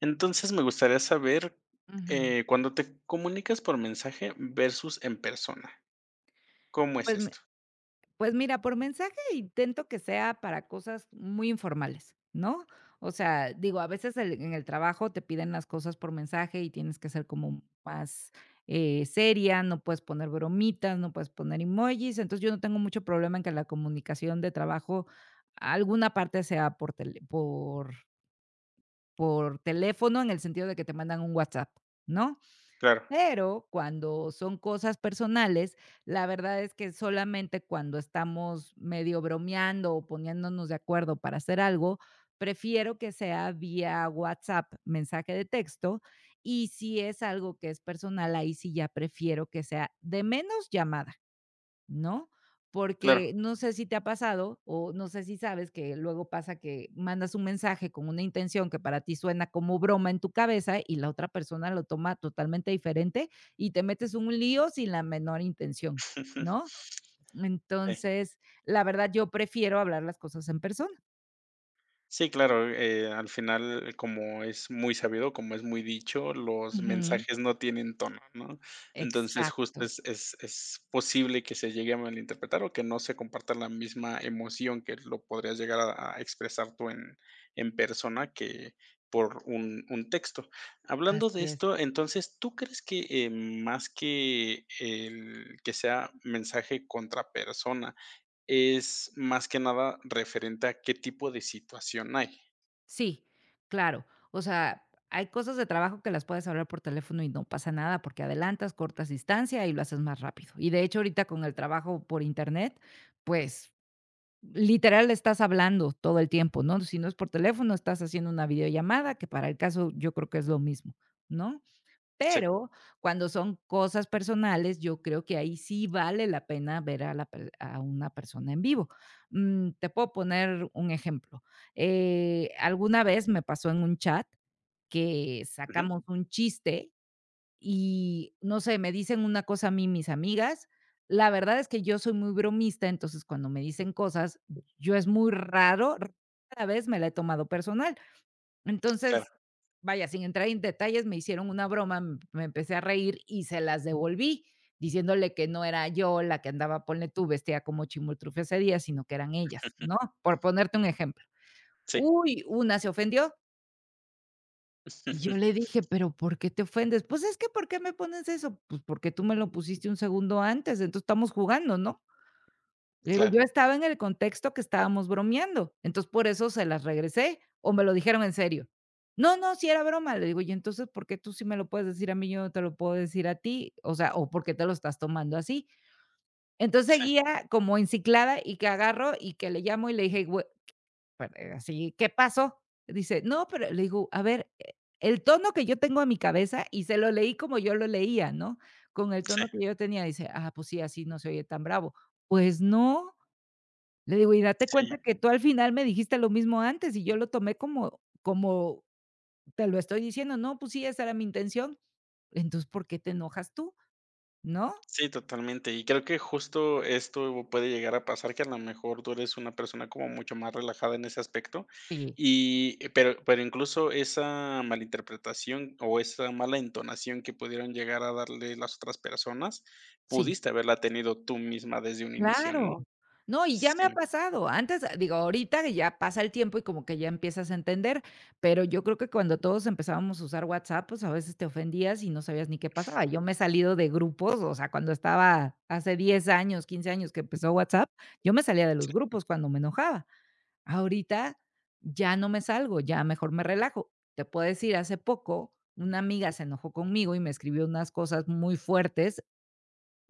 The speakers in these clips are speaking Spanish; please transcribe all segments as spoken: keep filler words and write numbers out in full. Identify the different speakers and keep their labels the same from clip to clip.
Speaker 1: Entonces, me gustaría saber,
Speaker 2: Ujú.
Speaker 1: eh, cuando te comunicas por mensaje versus en persona, ¿cómo es
Speaker 2: Pues mi
Speaker 1: esto?
Speaker 2: pues mira, por mensaje intento que sea para cosas muy informales, ¿no? O sea, digo, a veces el en el trabajo te piden las cosas por mensaje y tienes que ser como más, eh, seria, no puedes poner bromitas, no puedes poner emojis, entonces yo no tengo mucho problema en que la comunicación de trabajo, alguna parte sea por tele por por teléfono, en el sentido de que te mandan un WhatsApp, ¿no?
Speaker 1: Claro,
Speaker 2: Pero cuando son cosas personales, la verdad es que solamente cuando estamos medio bromeando o poniéndonos de acuerdo para hacer algo, prefiero que sea vía WhatsApp, mensaje de texto, y si es algo que es personal, ahí sí ya prefiero que sea de menos llamada. ¿No? Porque
Speaker 1: claro.
Speaker 2: no sé si te ha pasado o no sé si sabes que luego pasa que mandas un mensaje con una intención que para ti suena como broma en tu cabeza y la otra persona lo toma totalmente diferente y te metes un lío sin la menor intención, ¿no?
Speaker 1: Sí.
Speaker 2: Entonces, la verdad, yo prefiero hablar las cosas en persona.
Speaker 1: Sí, claro, eh, al final, como es muy sabido, como es muy dicho, los
Speaker 2: Ujú,
Speaker 1: mensajes no tienen tono, ¿no? Entonces, justo
Speaker 2: exacto,
Speaker 1: es, es, es posible que se llegue a malinterpretar o que no se comparta la misma emoción que lo podrías llegar a, a expresar tú en, en persona que por un, un texto. Hablando de
Speaker 2: así es.
Speaker 1: esto, entonces, ¿tú crees que eh, más que el que sea mensaje contra persona, es más que nada referente a qué tipo de situación hay?
Speaker 2: Sí, claro. O sea, hay cosas de trabajo que las puedes hablar por teléfono y no pasa nada porque adelantas, cortas distancia y lo haces más rápido. Y de hecho, ahorita con el trabajo por internet, pues literal estás hablando todo el tiempo, ¿no? Si no es por teléfono, estás haciendo una videollamada, que para el caso yo creo que es lo mismo, ¿no?
Speaker 1: Sí,
Speaker 2: Pero cuando son cosas personales, yo creo que ahí sí vale la pena ver a la per a una persona en vivo. Mm, te puedo poner un ejemplo. Eh, alguna vez me pasó en un chat que
Speaker 1: ujú,
Speaker 2: sacamos un chiste y, no sé, me dicen una cosa a mí mis amigas. La verdad es que yo soy muy bromista, entonces cuando me dicen cosas, yo es muy raro, rara vez me la he tomado personal. Entonces,
Speaker 1: claro,
Speaker 2: vaya, sin entrar en detalles, me hicieron una broma, m me empecé a reír y se las devolví, diciéndole que no era yo la que andaba, ponle tú, vestida como chimoltrufia ese día, sino que eran ellas, ¿no? Por ponerte un ejemplo.
Speaker 1: sí,
Speaker 2: Uy, una se ofendió y yo le dije: "¿Pero por qué te ofendes?". "Pues es que, ¿por qué me pones eso?". "Pues porque tú me lo pusiste un segundo antes, entonces estamos jugando, ¿no?". Le digo, yo
Speaker 1: claro,
Speaker 2: estaba en el contexto que estábamos bromeando, entonces por eso se las regresé, o me lo dijeron en serio. No, no, si era broma. Le digo, y entonces, ¿por qué tú sí me lo puedes decir a mí, yo no te lo puedo decir a ti? O sea, ¿o por qué te lo estás tomando así? Entonces
Speaker 1: sí,
Speaker 2: seguía como enciclada y que agarro y que le llamo y le dije, güe pero eh, así, ¿qué pasó? Dice, no, pero le digo, a ver, eh, el tono que yo tengo en mi cabeza y se lo leí como yo lo leía, ¿no? Con el
Speaker 1: sí,
Speaker 2: tono que yo tenía, dice, ah, pues sí, así no se oye tan bravo. Pues no. Le digo: "Y date
Speaker 1: sí,
Speaker 2: cuenta que tú al final me dijiste lo mismo antes, y yo lo tomé como como te lo estoy diciendo. No, pues sí, esa era mi intención. Entonces, ¿por qué te enojas tú?", ¿no?
Speaker 1: sí, totalmente. Y creo que justo esto puede llegar a pasar que a lo mejor tú eres una persona como mucho más relajada en ese aspecto,
Speaker 2: Sí,
Speaker 1: y eh, pero pero incluso esa malinterpretación o esa mala entonación que pudieron llegar a darle las otras personas,
Speaker 2: sí.
Speaker 1: pudiste haberla tenido tú misma desde un inicio,
Speaker 2: Claro.
Speaker 1: ¿no?
Speaker 2: No, y ya me
Speaker 1: Sí,
Speaker 2: ha pasado. Antes, ah, digo, ahorita que ya pasa el tiempo y como que ya empiezas a entender, pero yo creo que cuando todos empezábamos a usar WhatsApp, pues a veces te ofendías y no sabías ni qué pasaba. Yo me he salido de grupos, o sea, cuando estaba hace diez años, quince años que empezó WhatsApp, yo me salía de los
Speaker 1: sí,
Speaker 2: grupos cuando me enojaba. Ahorita ya no me salgo, ya mejor me relajo. Te puedo decir, hace poco una amiga se enojó conmigo y me escribió unas cosas muy fuertes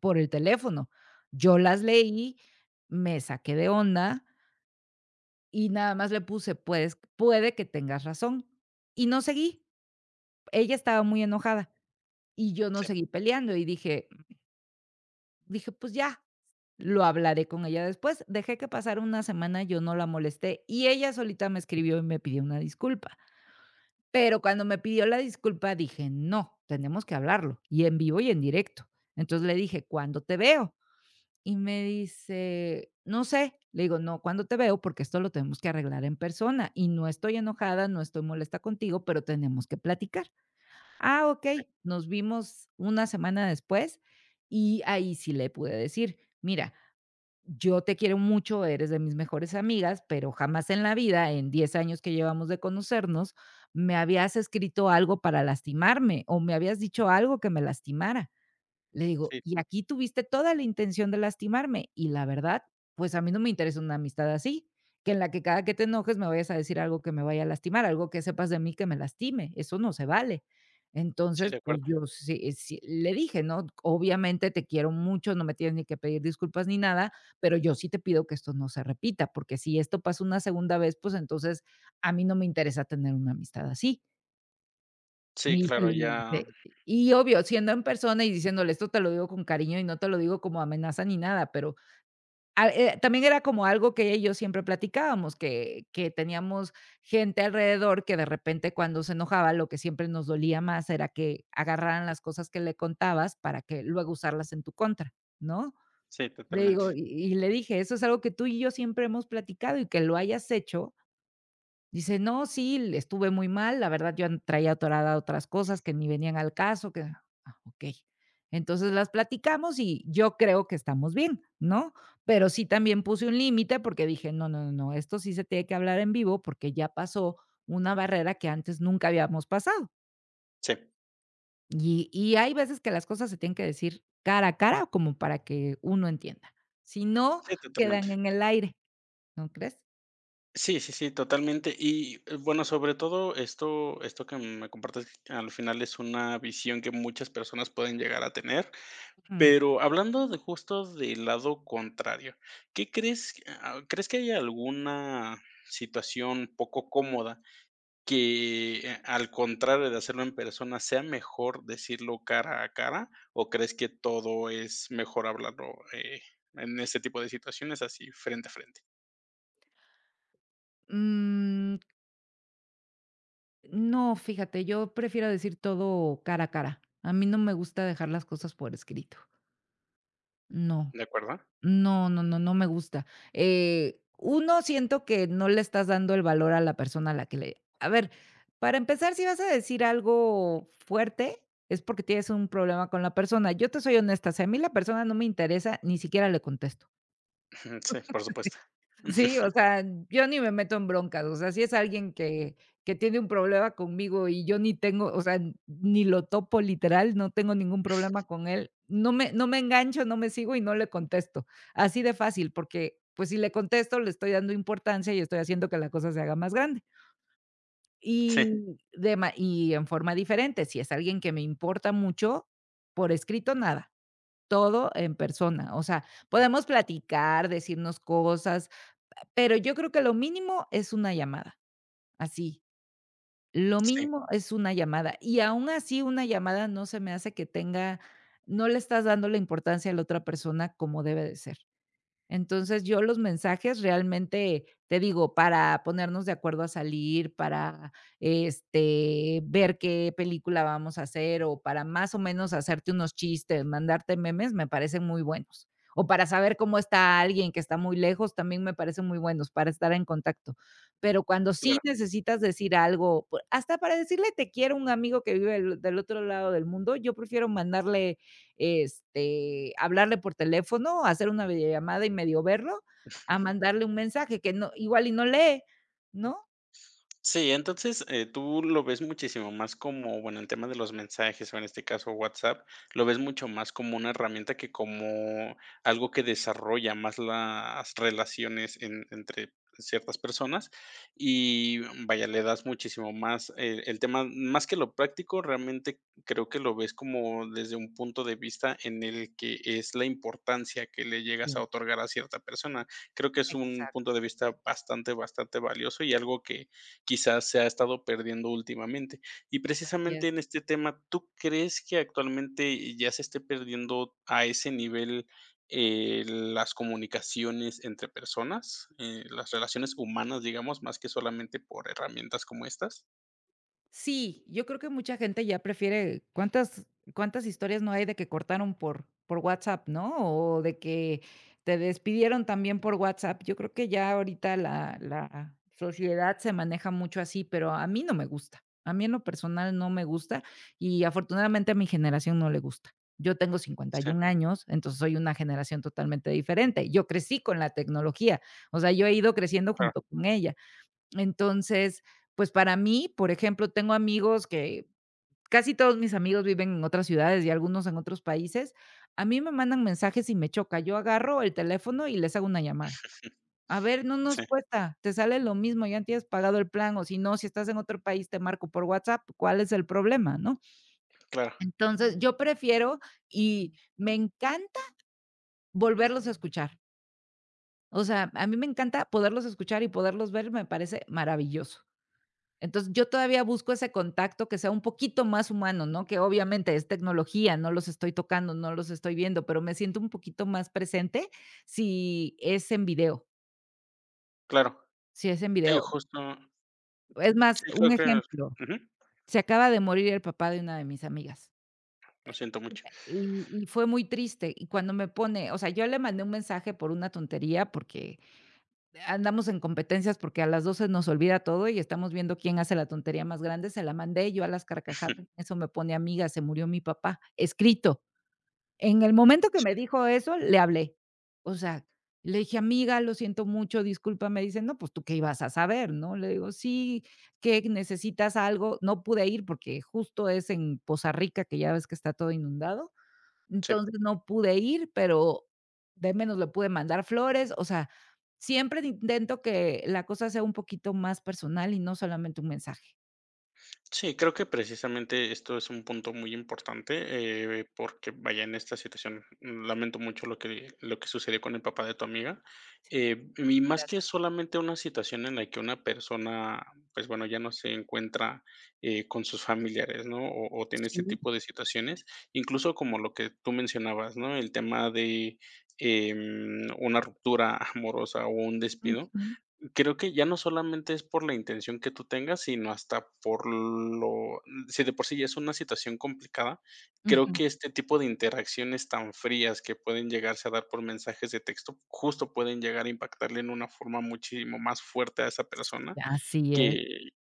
Speaker 2: por el teléfono. Yo las leí, me saqué de onda y nada más le puse, pues puede que tengas razón. Y no seguí. Ella estaba muy enojada y yo no
Speaker 1: sí,
Speaker 2: seguí peleando y dije dije: "Pues ya, lo hablaré con ella después". Dejé que pasara una semana, yo no la molesté y ella solita me escribió y me pidió una disculpa. Pero cuando me pidió la disculpa, dije: "No, tenemos que hablarlo, y en vivo y en directo". Entonces le dije: "¿Cuándo te veo?". Y me dice: "No sé". Le digo: "No, ¿cuándo te veo? Porque esto lo tenemos que arreglar en persona, y no estoy enojada, no estoy molesta contigo, pero tenemos que platicar". "Ah, ok".
Speaker 1: sí,
Speaker 2: Nos vimos una semana después, y ahí sí le pude decir: "Mira, yo te quiero mucho, eres de mis mejores amigas, pero jamás en la vida, en diez años que llevamos de conocernos, me habías escrito algo para lastimarme o me habías dicho algo que me lastimara". Le digo:
Speaker 1: sí,
Speaker 2: "Y aquí tuviste toda la intención de lastimarme, y la verdad, pues, a mí no me interesa una amistad así, que en la que cada que te enojes me vayas a decir algo que me vaya a lastimar, algo que sepas de mí que me lastime, eso no se vale".
Speaker 1: sí,
Speaker 2: Entonces,
Speaker 1: de
Speaker 2: pues,
Speaker 1: acuerdo.
Speaker 2: yo sí eh, sí le dije, ¿no? Obviamente te quiero mucho, no me tienes ni que pedir disculpas ni nada, pero yo sí te pido que esto no se repita, porque si esto pasa una segunda vez, pues, entonces a mí no me interesa tener una amistad así.
Speaker 1: Sí,
Speaker 2: Y se
Speaker 1: claro,
Speaker 2: le
Speaker 1: ya.
Speaker 2: dice y obvio, siendo en persona y diciéndole: "Esto te lo digo con cariño y no te lo digo como amenaza ni nada", pero, ah, eh, también era como algo que ella y yo siempre platicábamos, que que teníamos gente alrededor que de repente cuando se enojaba, lo que siempre nos dolía más era que agarraran las cosas que le contabas para que luego usarlas en tu contra, ¿no?
Speaker 1: Sí,
Speaker 2: Le
Speaker 1: totalmente.
Speaker 2: digo y y le dije: "Eso es algo que tú y yo siempre hemos platicado y que lo hayas hecho". Dice: "No, sí, estuve muy mal, la verdad yo an traía atorada otras cosas que ni venían al caso, que". Ah, okey. Entonces las platicamos y yo creo que estamos bien, ¿no? Pero sí también puse un límite porque dije: "No, no, no, no, esto sí se tiene que hablar en vivo porque ya pasó una barrera que antes nunca habíamos pasado".
Speaker 1: Sí,
Speaker 2: Y y hay veces que las cosas se tienen que decir cara a cara como para que uno entienda. Si no,
Speaker 1: sí, totalmente.
Speaker 2: quedan en el aire, ¿no crees?
Speaker 1: Sí, sí, sí, totalmente. Y eh, bueno, sobre todo esto, esto que me compartes al final es una visión que muchas personas pueden llegar a tener.
Speaker 2: Ujú.
Speaker 1: Pero hablando de justo del lado contrario, ¿qué crees? que- ah, ¿Crees que hay alguna situación poco cómoda que, eh, al contrario de hacerlo en persona, sea mejor decirlo cara a cara, o crees que todo es mejor hablarlo, eh, en este tipo de situaciones así frente a frente?
Speaker 2: Mm. No, fíjate, yo prefiero decir todo cara a cara. A mí no me gusta dejar las cosas por escrito. No,
Speaker 1: ¿De acuerdo?
Speaker 2: no, no, no, no me gusta. Eh, uno, siento que no le estás dando el valor a la persona a la que le... A ver, para empezar, si vas a decir algo fuerte, es porque tienes un problema con la persona. Yo te soy honesta, si a mí la persona no me interesa, ni siquiera le contesto.
Speaker 1: Ujú, sí, por supuesto.
Speaker 2: Sí, o sea, yo ni me meto en broncas, o sea, si es alguien que que tiene un problema conmigo y yo ni tengo, o sea, ni lo topo literal, no tengo ningún problema con él, no me no me engancho, no me sigo y no le contesto, así de fácil, porque, pues, si le contesto, le estoy dando importancia y estoy haciendo que la cosa se haga más grande.
Speaker 1: Sí,
Speaker 2: Y de ma y en forma diferente, si es alguien que me importa mucho, por escrito nada, todo en persona, o sea, podemos platicar, decirnos cosas, pero yo creo que lo mínimo es una llamada, así, lo
Speaker 1: sí,
Speaker 2: mínimo es una llamada, y aún así una llamada no se me hace que tenga no le estás dando la importancia a la otra persona como debe de ser. Entonces, yo los mensajes realmente, te digo, para ponernos de acuerdo a salir, para, este, ver qué película vamos a hacer, o para más o menos hacerte unos chistes, mandarte memes, me parecen muy buenos. O para saber cómo está alguien que está muy lejos, también me parecen muy buenos para estar en contacto. Pero cuando sí
Speaker 1: claro.
Speaker 2: necesitas decir algo, pue hasta para decirle te quiero a un amigo que vive del del otro lado del mundo, yo prefiero mandarle este, hablarle por teléfono, hacer una videollamada y medio verlo, a mandarle un mensaje que no igual y no lee, ¿no?
Speaker 1: Sí, entonces, eh, tú lo ves muchísimo más como, bueno, el tema de los mensajes, o en este caso WhatsApp, lo ves mucho más como una herramienta que como algo que desarrolla más las relaciones en entre ciertas personas y, vaya, le das muchísimo más el el tema, más que lo práctico. Realmente creo que lo ves como desde un punto de vista en el que es la importancia que le llegas
Speaker 2: Sí.
Speaker 1: a otorgar a cierta persona. Creo que es un punto
Speaker 2: Exacto.
Speaker 1: de vista bastante, bastante valioso y algo que quizás se ha estado perdiendo últimamente. Y precisamente en este tema, ¿tú crees que actualmente ya se esté perdiendo a ese nivel, eh, las comunicaciones entre personas, eh, las relaciones humanas, digamos, más que solamente por herramientas como estas?
Speaker 2: Sí, yo creo que mucha gente ya prefiere cuántas cuántas historias no hay de que cortaron por por WhatsApp, ¿no? O de que te despidieron también por WhatsApp. Yo creo que ya ahorita la la sociedad se maneja mucho así, pero a mí no me gusta. A mí en lo personal no me gusta y afortunadamente a mi generación no le gusta. Yo tengo cincuenta y
Speaker 1: Sí,
Speaker 2: un años, entonces soy una generación totalmente diferente. Yo crecí con la tecnología, o sea, yo he ido creciendo
Speaker 1: claro,
Speaker 2: junto con ella. Entonces, pues, para mí, por ejemplo, tengo amigos que casi todos mis amigos viven en otras ciudades y algunos en otros países. A mí me mandan mensajes y me choca. Yo agarro el teléfono y les hago una llamada. A ver, no nos
Speaker 1: sí,
Speaker 2: cuesta, te sale lo mismo, ya tienes pagado el plan, o si no, si estás en otro país, te marco por WhatsApp, ¿cuál es el problema?, ¿no?
Speaker 1: claro,
Speaker 2: Entonces, yo prefiero y me encanta volverlos a escuchar. O sea, a mí me encanta poderlos escuchar y poderlos ver, me parece maravilloso. Entonces, yo todavía busco ese contacto que sea un poquito más humano, ¿no? Que obviamente es tecnología, no los estoy tocando, no los estoy viendo, pero me siento un poquito más presente si es en video,
Speaker 1: claro.
Speaker 2: si es en
Speaker 1: Sí,
Speaker 2: video.
Speaker 1: justo,
Speaker 2: Es más,
Speaker 1: sí,
Speaker 2: un
Speaker 1: creo que
Speaker 2: ejemplo,
Speaker 1: ujú,
Speaker 2: se acaba de morir el papá de una de mis amigas
Speaker 1: lo siento mucho.
Speaker 2: y y fue muy triste. Y cuando me pone, o sea, yo le mandé un mensaje por una tontería, porque andamos en competencias porque a las doce nos olvida todo y estamos viendo quién hace la tontería más grande, se la mandé yo a las carcajadas, eso me pone: amiga, se murió mi papá, escrito. En el momento que
Speaker 1: Sí,
Speaker 2: me dijo eso, le hablé. O sea, le dije, amiga, lo siento mucho, disculpa, me dice, no, pues tú qué ibas a saber, ¿no? Le digo, sí, que necesitas? Algo. No pude ir porque justo es en Poza Rica, que ya ves que está todo inundado,
Speaker 1: sí.
Speaker 2: entonces no pude ir, pero de menos le pude mandar flores. O sea, siempre intento que la cosa sea un poquito más personal y no solamente un mensaje.
Speaker 1: Sí, creo que precisamente esto es un punto muy importante, eh, porque vaya, en esta situación mm, lamento mucho lo que, lo que sucedió con el papá de tu amiga. Eh, y más que
Speaker 2: Gracias.
Speaker 1: solamente una situación en la que una persona, pues bueno, ya no se encuentra eh, con sus familiares, ¿no? O, o tiene este
Speaker 2: Sí.
Speaker 1: tipo de situaciones, incluso como lo que tú mencionabas, ¿no? El tema de em, una ruptura amorosa o un despido.
Speaker 2: Ujú,
Speaker 1: Creo que ya no solamente es por la intención que tú tengas, sino hasta por lo, si de por sí ya es una situación complicada, creo
Speaker 2: ujú.
Speaker 1: que este tipo de interacciones tan frías que pueden llegarse a dar por mensajes de texto, justo pueden llegar a impactarle en una forma muchísimo más fuerte a esa
Speaker 2: Sí,
Speaker 1: persona,
Speaker 2: así es.
Speaker 1: que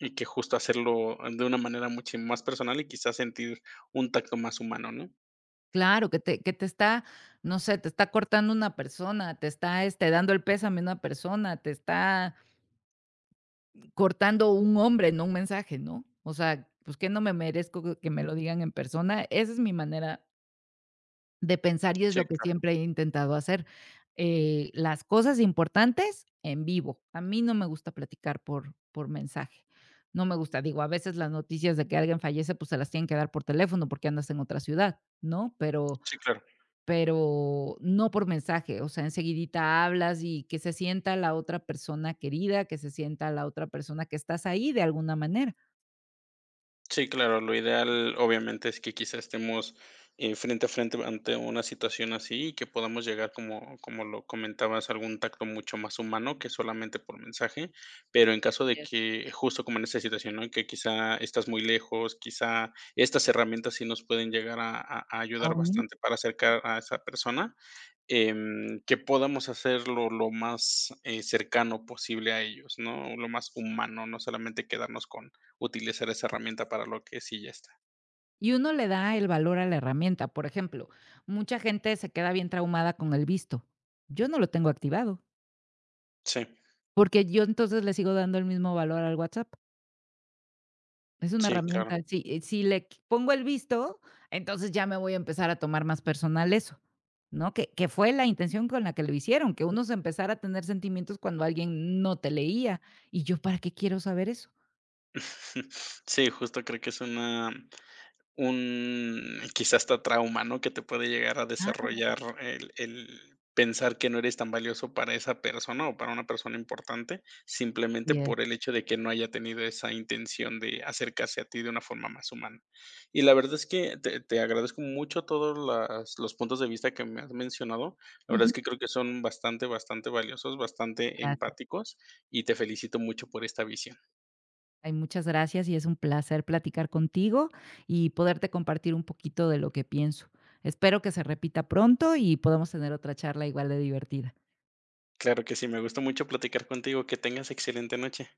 Speaker 1: y que justo hacerlo de una manera mucho más personal y quizás sentir un tacto más humano, ¿no?
Speaker 2: Claro, que te que te está, no sé, te está cortando una persona, te está, este, dando el pésame una persona, te está cortando un hombre, no un mensaje, ¿no? O sea, pues, ¿qué no me merezco que que me lo digan en persona? Esa es mi manera de pensar, y es
Speaker 1: Sí,
Speaker 2: lo que
Speaker 1: claro,
Speaker 2: siempre he intentado hacer, eh, las cosas importantes en vivo. A mí no me gusta platicar por por mensaje. No me gusta, digo, a veces las noticias de que alguien fallece, pues, se las tienen que dar por teléfono porque andas en otra ciudad, ¿no? Pero
Speaker 1: sí, claro.
Speaker 2: pero no por mensaje, o sea, enseguidita hablas y que se sienta la otra persona querida, que se sienta la otra persona que estás ahí de alguna manera.
Speaker 1: Sí, claro, lo ideal obviamente es que quizá estemos, eh, frente a frente ante una situación así y que podamos llegar, como como lo comentabas, a algún tacto mucho más humano que solamente por mensaje, pero en caso de que, justo como en esta situación, ¿no? Que quizá estás muy lejos, quizá estas herramientas sí nos pueden llegar a a a ayudar
Speaker 2: Bien.
Speaker 1: bastante para acercar a esa persona, em, que podamos hacerlo lo más, eh, cercano posible a ellos, ¿no? Lo más humano, no solamente quedarnos con utilizar esa herramienta para lo que sí ya está.
Speaker 2: Y uno le da el valor a la herramienta. Por ejemplo, mucha gente se queda bien traumada con el visto. Yo no lo tengo activado,
Speaker 1: Sí,
Speaker 2: porque yo entonces le sigo dando el mismo valor al WhatsApp. Es una
Speaker 1: sí, claro.
Speaker 2: herramienta. Si, eh, si le qu- pongo el visto, entonces ya me voy a empezar a tomar más personal eso, ¿no? Que, que fue la intención con la que lo hicieron, que uno se empezara a tener sentimientos cuando alguien no te leía. Y yo, ¿para qué quiero saber eso?
Speaker 1: Sí, justo creo que es una, un quizás hasta trauma, ¿no? Que te puede llegar a
Speaker 2: Ah,
Speaker 1: desarrollar el el pensar que no eres tan valioso para esa persona o para una persona importante, simplemente
Speaker 2: bien.
Speaker 1: por el hecho de que no haya tenido esa intención de acercarse a ti de una forma más humana. Y la verdad es que te te agradezco mucho todos las los puntos de vista que me has mencionado. La verdad
Speaker 2: Ujú.
Speaker 1: es que creo que son bastante, bastante valiosos, bastante
Speaker 2: Gracias.
Speaker 1: empáticos, y te felicito mucho por esta visión.
Speaker 2: Ay, muchas gracias y es un placer platicar contigo y poderte compartir un poquito de lo que pienso. Espero que se repita pronto y podamos tener otra charla igual de divertida.
Speaker 1: Claro que sí, me gustó mucho platicar contigo. Que tengas excelente noche.